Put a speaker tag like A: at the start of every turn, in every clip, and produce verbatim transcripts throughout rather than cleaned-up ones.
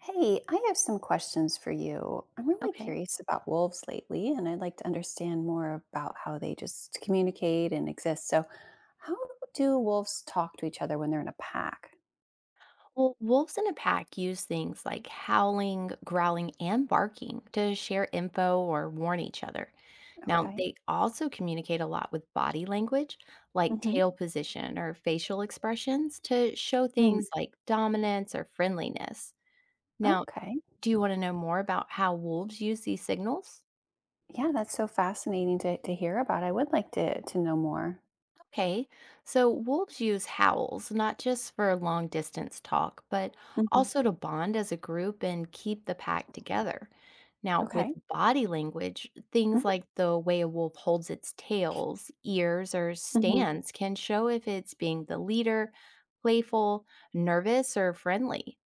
A: Hey, I have some questions for you. I'm really
B: Okay.
A: curious about wolves lately, and I'd like to understand more about how they just communicate and exist. So, how do wolves talk to each other when they're in a pack?
B: Well, wolves in a pack use things like howling, growling, and barking to share info or warn each other. Now,
A: Okay.
B: they also communicate a lot with body language, like
A: hmm
B: tail position or facial expressions, to show
A: Mm.
B: things like dominance or friendliness. Now,
A: Okay.
B: do you want to know more about how wolves use these signals?
A: Yeah, that's so fascinating to, to hear about. I would like to, to know more.
B: Okay, so wolves use howls not just for long distance talk, but
A: hmm
B: also to bond as a group and keep the pack together. Now, with
A: Okay.
B: body language, things
A: hmm
B: like the way a wolf holds its tails, ears, or
A: hmm
B: stands can show if it's being the leader, playful, nervous, or friendly.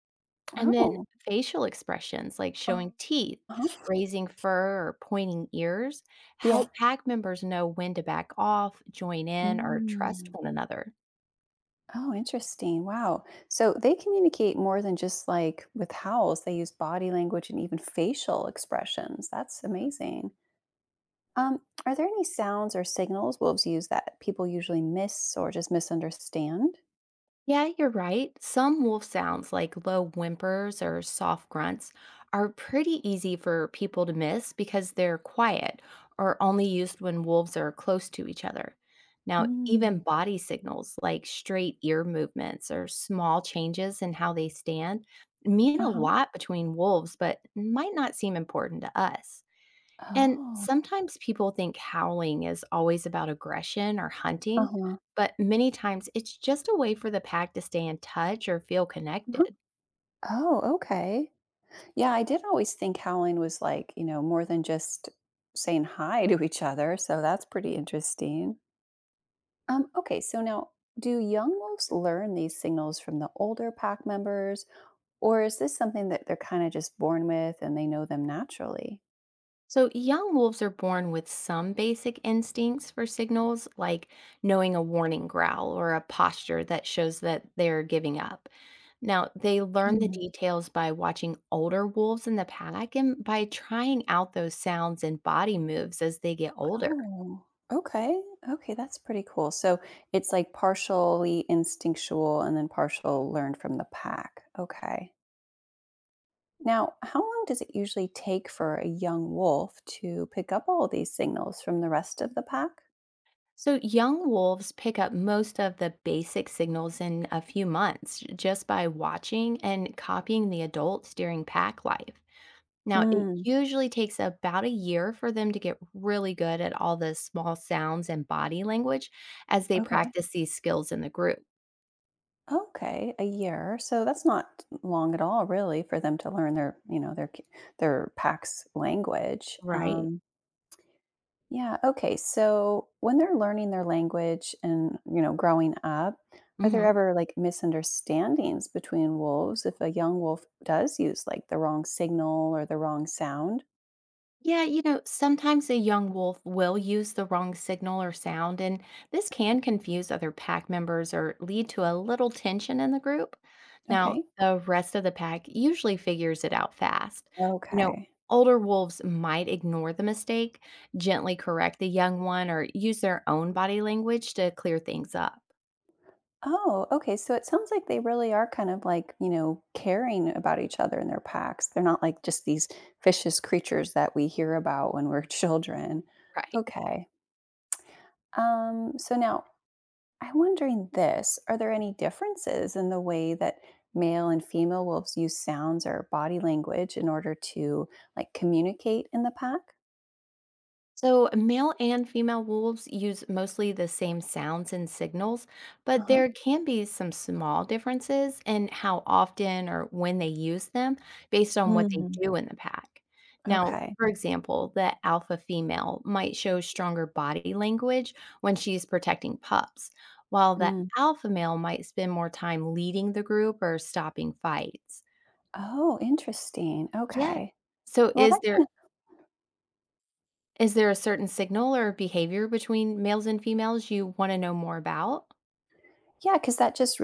B: And then
A: Oh.
B: facial expressions like
A: Uh-huh.
B: showing teeth, raising fur, or pointing ears
A: Yeah.
B: help pack members know when to back off, join in, or trust
A: Mm.
B: one another.
A: Oh, interesting. Wow. So they communicate more than just like with howls. They use body language and even facial expressions. That's amazing. Um, are there any sounds or signals wolves use that people usually miss or just misunderstand?
B: Yeah, you're right. Some wolf sounds like low whimpers or soft grunts are pretty easy for people to miss because they're quiet or only used when wolves are close to each other. Now, even
A: Mm.
B: body signals like straight ear movements or small changes in how they stand mean a
A: Uh-huh.
B: lot between wolves, but might not seem important to us. And
A: Oh.
B: sometimes people think howling is always about aggression or hunting,
A: Uh-huh.
B: but many times it's just a way for the pack to stay in touch or feel
A: Uh-huh.
B: connected.
A: Oh, okay. Yeah, I did always think howling was like, you know, more than just saying hi to each other. So that's pretty interesting. Um, okay, so now, do young wolves learn these signals from the older pack members, or is this something that they're kind of just born with and they know them naturally?
B: So, young wolves are born with some basic instincts for signals, like knowing a warning growl or a posture that shows that they're giving up. Now, they learn the
A: Mm.
B: details by watching older wolves in the pack and by trying out those sounds and body moves as they get older.
A: Oh, okay. Okay, that's pretty cool. So it's like partially instinctual and then partial learned from the pack. Okay. Now, how long does it usually take for a young wolf to pick up all these signals from the rest of the pack?
B: So, young wolves pick up most of the basic signals in a few months just by watching and copying the adults during pack life. Now, it
A: Mm,
B: usually takes about a year for them to get really good at all the small sounds and body language as they
A: okay.
B: practice these skills in the group,
A: Okay, a year. So that's not long at all, really, for them to learn their, you know, their ki- their PACS language.
B: right?
A: Um, yeah. Okay. So when they're learning their language and you know growing up, are there
B: hmm
A: ever like misunderstandings between wolves if a young wolf does use like the wrong signal or the wrong sound?
B: Yeah, you know, sometimes a young wolf will use the wrong signal or sound, and this can confuse other pack members or lead to a little tension in the group. Now,
A: Okay.
B: the rest of the pack usually figures it out fast. You know,
A: Okay.
B: older wolves might ignore the mistake, gently correct the young one, or use their own body language to clear things up.
A: Oh, okay. So it sounds like they really are kind of like, you know, caring about each other in their packs. They're not like just these vicious creatures that we hear about when we're children.
B: Right.
A: Okay. Um, so now I'm wondering this, are there any differences in the way that male and female wolves use sounds or body language in order to like communicate in the pack?
B: So, male and female wolves use mostly the same sounds and signals, but
A: Uh-huh.
B: there can be some small differences in how often or when they use them based on what they
A: Mm,
B: do in the pack. Now,
A: okay.
B: for example, the alpha female might show stronger body language when she's protecting pups, while the
A: Mm.
B: alpha male might spend more time leading the group or stopping fights.
A: Oh, interesting.
B: Yeah.
A: Okay.
B: So,
A: Well,
B: is
A: that
B: there
A: kind of,
B: Is there a certain signal or behavior between males and females you want to know more about?
A: yeah, because that just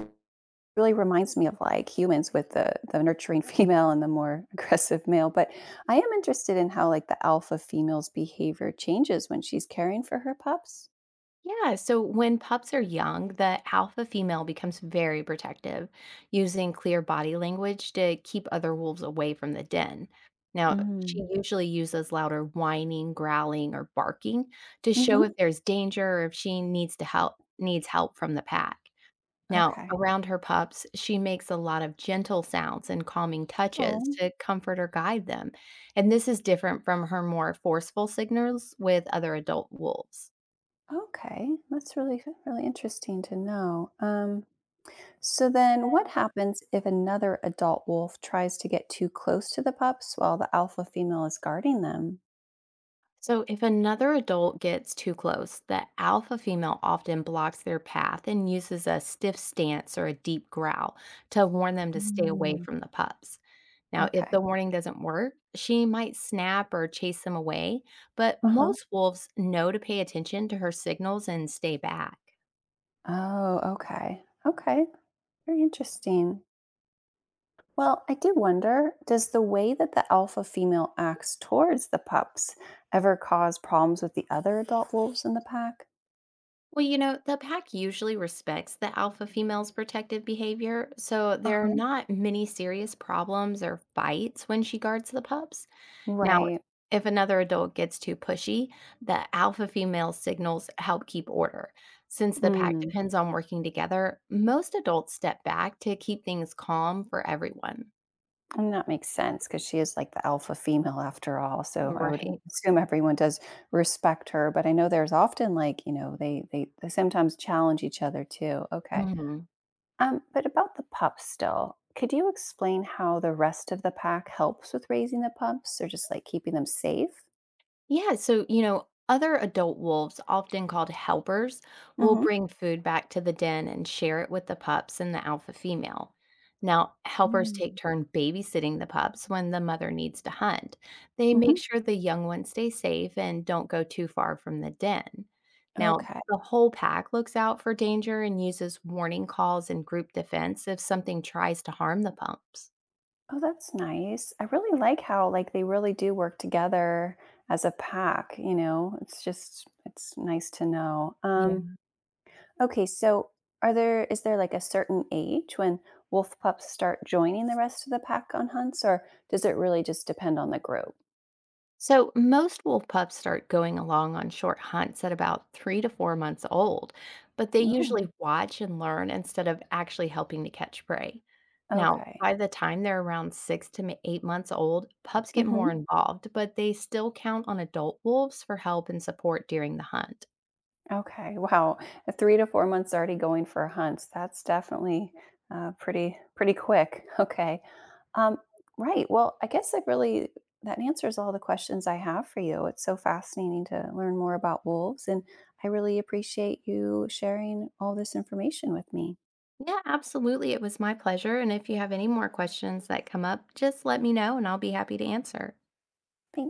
A: really reminds me of like humans with the the nurturing female and the more aggressive male. But I am interested in how like the alpha female's behavior changes when she's caring for her pups.
B: Yeah, so when pups are young, the alpha female becomes very protective, using clear body language to keep other wolves away from the den. Now, she
A: Mm.
B: usually uses louder whining, growling, or barking to show if
A: Mhm.
B: there's danger or if she needs to help needs help from the pack. Now,
A: Okay.
B: around her pups, she makes a lot of gentle sounds and calming touches
A: Oh,
B: to comfort or guide them. And this is different from her more forceful signals with other adult wolves.
A: okay. That's really really interesting to know. Um, so then what happens if another adult wolf tries to get too close to the pups while the alpha female is guarding them?
B: So, if another adult gets too close, the alpha female often blocks their path and uses a stiff stance or a deep growl to warn them to stay away
A: Mm.
B: from the pups. Now, if
A: Okay.
B: the warning doesn't work, she might snap or chase them away, but
A: Uh-huh.
B: most wolves know to pay attention to her signals and stay back.
A: Oh, okay. Okay. Very interesting. Well, I do wonder, does the way that the alpha female acts towards the pups ever cause problems with the other adult wolves in the pack?
B: Well, you know, the pack usually respects the alpha female's protective behavior, so
A: Uh
B: there are
A: huh.
B: not many serious problems or fights when she guards the pups. Now,
A: Right.
B: if another adult gets too pushy, the alpha female signals help keep order. Since the pack
A: Mm.
B: depends on working together, most adults step back to keep things calm for everyone.
A: And that makes sense because she is like the alpha female after all. So I would
B: Right.
A: assume everyone does respect her. But I know there's often like, you know, they they, they sometimes challenge each other too. Okay.
B: Mhm.
A: Um, but about the pups still, could you explain how the rest of the pack helps with raising the pups or just like keeping them safe?
B: Yeah, so, you know, other adult wolves, often called helpers, will bring food back to the den and share it with the pups and the alpha female. Now, helpers take
A: Mm-hmm.
B: turn babysitting the pups when the mother needs to hunt. They make
A: hmm
B: sure the young ones stay safe and don't go too far from the den. Now,
A: Okay.
B: the whole pack looks out for danger and uses warning calls and group defense if something tries to harm the pups.
A: Oh, that's nice. I really like how like they really do work together as a pack, you know. It's just it's nice to know. Um okay, so are there is there like a certain age when wolf pups start joining the rest of the pack on hunts, or does it really just depend on the group?
B: So, most wolf pups start going along on short hunts at about three to four months old, but they usually
A: Oh,
B: watch and learn instead of actually helping to catch prey. Now,
A: okay.
B: by the time they're around six to m- eight months old, pups get more Mhm.
A: Mhm.
B: involved, but they still count on adult wolves for help and support during the hunt.
A: Okay, wow. Uh, three to four months already going for hunts. That's definitely, uh, pretty pretty quick. Okay. Um, right, well, I guess that really that answers all the questions I have for you. It's so fascinating to learn more about wolves, and I really appreciate you sharing all this information with me.
B: Yeah, absolutely. It was my pleasure. And if you have any more questions that come up, just let me know and I'll be happy to answer.
A: Thanks.